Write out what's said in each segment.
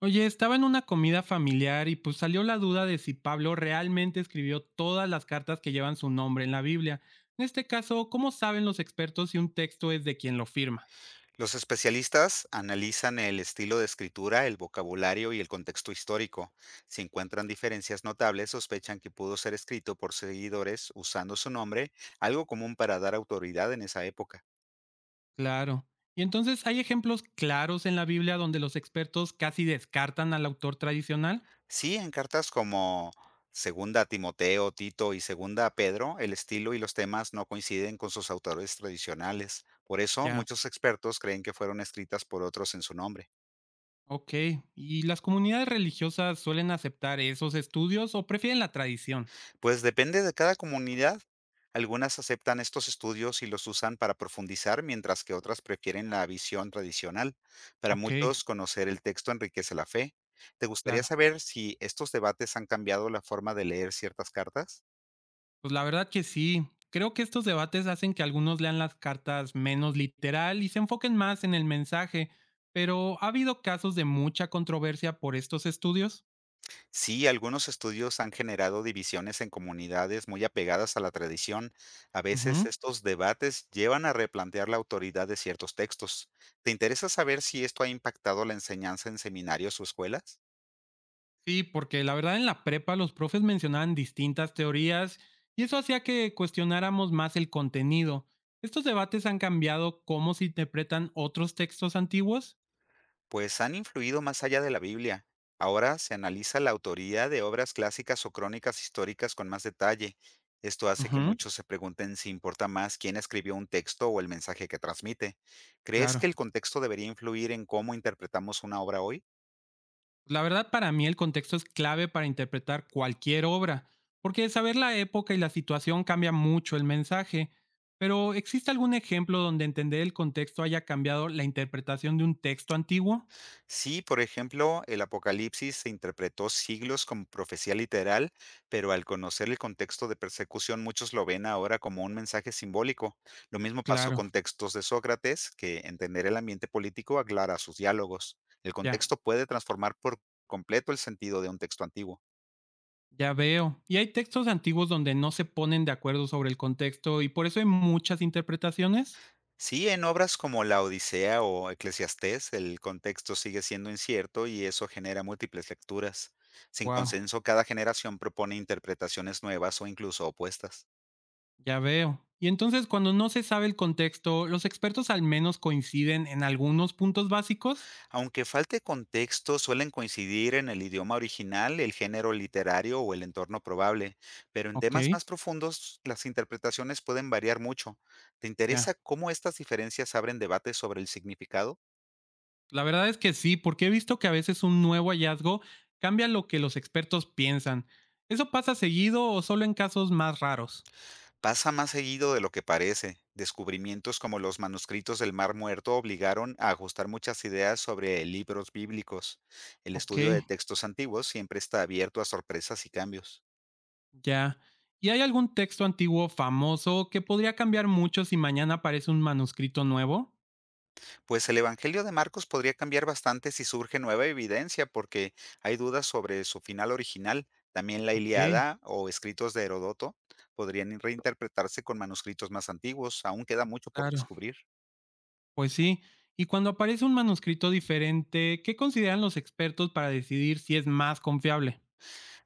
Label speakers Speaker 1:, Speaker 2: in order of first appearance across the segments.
Speaker 1: Oye, estaba en una comida familiar y pues salió la duda de si Pablo realmente escribió todas las cartas que llevan su nombre en la Biblia. En este caso, ¿cómo saben los expertos si un texto es de quien lo firma?
Speaker 2: Los especialistas analizan el estilo de escritura, el vocabulario y el contexto histórico. Si encuentran diferencias notables, sospechan que pudo ser escrito por seguidores usando su nombre, algo común para dar autoridad en esa época.
Speaker 1: Claro. Y entonces, ¿hay ejemplos claros en la Biblia donde los expertos casi descartan al autor tradicional?
Speaker 2: Sí, en cartas como Segunda a Timoteo, Tito y Segunda a Pedro, el estilo y los temas no coinciden con sus autores tradicionales. Por eso,
Speaker 1: Ya,
Speaker 2: muchos expertos creen que fueron escritas por otros en su nombre.
Speaker 1: ok. ¿Y las comunidades religiosas suelen aceptar esos estudios o prefieren la tradición?
Speaker 2: Pues depende de cada comunidad. Algunas aceptan estos estudios y los usan para profundizar, mientras que otras prefieren la visión tradicional. Para
Speaker 1: Ok,
Speaker 2: muchos, conocer el texto enriquece la fe. ¿Te gustaría
Speaker 1: claro.
Speaker 2: saber si estos debates han cambiado la forma de leer ciertas cartas?
Speaker 1: Pues la verdad que sí. Creo que estos debates hacen que algunos lean las cartas menos literal y se enfoquen más en el mensaje, pero ha habido casos de mucha controversia por estos estudios.
Speaker 2: Sí, algunos estudios han generado divisiones en comunidades muy apegadas a la tradición. A veces
Speaker 1: Ujú.
Speaker 2: estos debates llevan a replantear la autoridad de ciertos textos. ¿Te interesa saber si esto ha impactado la enseñanza en seminarios o escuelas?
Speaker 1: Sí, porque la verdad en la prepa los profes mencionaban distintas teorías y eso hacía que cuestionáramos más el contenido. ¿Estos debates han cambiado cómo se interpretan otros textos antiguos?
Speaker 2: Pues han influido más allá de la Biblia. Ahora se analiza la autoría de obras clásicas o crónicas históricas con más detalle. Esto hace que
Speaker 1: Ujú,
Speaker 2: muchos se pregunten si importa más quién escribió un texto o el mensaje que transmite. ¿Crees
Speaker 1: claro.
Speaker 2: que el contexto debería influir en cómo interpretamos una obra hoy?
Speaker 1: La verdad, para mí el contexto es clave para interpretar cualquier obra, porque saber la época y la situación cambia mucho el mensaje. Pero, ¿existe algún ejemplo donde entender el contexto haya cambiado la interpretación de un texto antiguo?
Speaker 2: Sí, por ejemplo, el Apocalipsis se interpretó siglos como profecía literal, pero al conocer el contexto de persecución, muchos lo ven ahora como un mensaje simbólico. Lo mismo pasó
Speaker 1: Claro,
Speaker 2: con textos de Sócrates, que entender el ambiente político aclara sus diálogos. El
Speaker 1: ya,
Speaker 2: contexto puede transformar por completo el sentido de un texto antiguo.
Speaker 1: ya veo. Y hay textos antiguos donde no se ponen de acuerdo sobre el contexto y por eso hay muchas interpretaciones.
Speaker 2: Sí, en obras como La Odisea o Eclesiastés, el contexto sigue siendo incierto y eso genera múltiples lecturas. Sin
Speaker 1: Wow,
Speaker 2: consenso, cada generación propone interpretaciones nuevas o incluso opuestas.
Speaker 1: ya veo. Y entonces, cuando no se sabe el contexto, los expertos al menos coinciden en algunos puntos básicos.
Speaker 2: Aunque falte contexto, suelen coincidir en el idioma original, el género literario o el entorno probable, pero en
Speaker 1: Ok,
Speaker 2: temas más profundos las interpretaciones pueden variar mucho. ¿Te interesa
Speaker 1: ya.
Speaker 2: cómo estas diferencias abren debates sobre el significado?
Speaker 1: La verdad es que sí, porque he visto que a veces un nuevo hallazgo cambia lo que los expertos piensan. ¿Eso pasa seguido o solo en casos más raros?
Speaker 2: Pasa más seguido de lo que parece. Descubrimientos como los manuscritos del Mar Muerto obligaron a ajustar muchas ideas sobre libros bíblicos. El
Speaker 1: Ok,
Speaker 2: estudio de textos antiguos siempre está abierto a sorpresas y cambios.
Speaker 1: ya. ¿Y hay algún texto antiguo famoso que podría cambiar mucho si mañana aparece un manuscrito nuevo?
Speaker 2: Pues el Evangelio de Marcos podría cambiar bastante si surge nueva evidencia, porque hay dudas sobre su final original. También la
Speaker 1: Ok,
Speaker 2: Iliada o escritos de Herodoto podrían reinterpretarse con manuscritos más antiguos. Aún queda mucho por
Speaker 1: claro.
Speaker 2: descubrir.
Speaker 1: Pues sí. Y cuando aparece un manuscrito diferente, ¿qué consideran los expertos para decidir si es más confiable?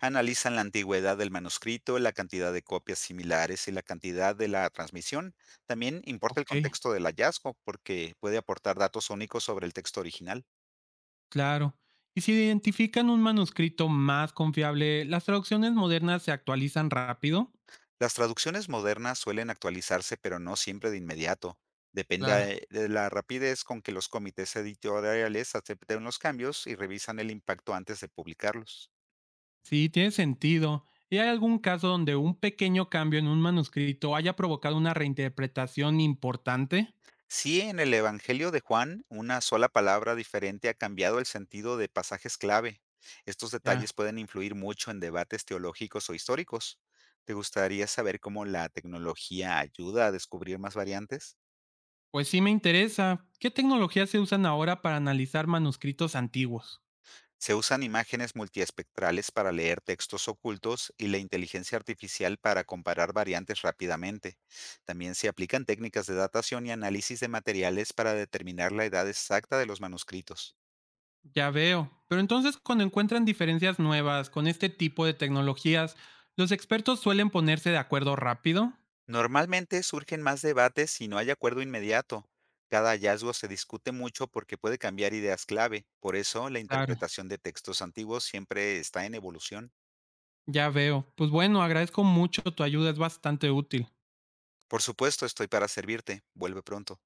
Speaker 2: Analizan la antigüedad del manuscrito, la cantidad de copias similares y la cantidad de la transmisión. También importa el
Speaker 1: Ok.
Speaker 2: contexto del hallazgo, porque puede aportar datos únicos sobre el texto original.
Speaker 1: Claro. Y si identifican un manuscrito más confiable, ¿las traducciones modernas se actualizan rápido?
Speaker 2: Las traducciones modernas suelen actualizarse, pero no siempre de inmediato. Depende
Speaker 1: Claro.
Speaker 2: de la rapidez con que los comités editoriales acepten los cambios y revisan el impacto antes de publicarlos.
Speaker 1: Sí, tiene sentido. ¿Y hay algún caso donde un pequeño cambio en un manuscrito haya provocado una reinterpretación importante?
Speaker 2: Si en el Evangelio de Juan, una sola palabra diferente ha cambiado el sentido de pasajes clave. Estos detalles
Speaker 1: Ya.
Speaker 2: pueden influir mucho en debates teológicos o históricos. ¿Te gustaría saber cómo la tecnología ayuda a descubrir más variantes?
Speaker 1: Pues sí me interesa. ¿Qué tecnologías se usan ahora para analizar manuscritos antiguos?
Speaker 2: Se usan imágenes multiespectrales para leer textos ocultos y la inteligencia artificial para comparar variantes rápidamente. También se aplican técnicas de datación y análisis de materiales para determinar la edad exacta de los manuscritos.
Speaker 1: Ya veo. Pero entonces cuando encuentran diferencias nuevas con este tipo de tecnologías, ¿los expertos suelen ponerse de acuerdo rápido?
Speaker 2: Normalmente surgen más debates si no hay acuerdo inmediato. Cada hallazgo se discute mucho porque puede cambiar ideas clave. Por eso la
Speaker 1: Claro.
Speaker 2: interpretación de textos antiguos siempre está en evolución.
Speaker 1: Ya veo. Pues bueno, agradezco mucho tu ayuda, es bastante útil.
Speaker 2: Por supuesto, estoy para servirte. Vuelve pronto.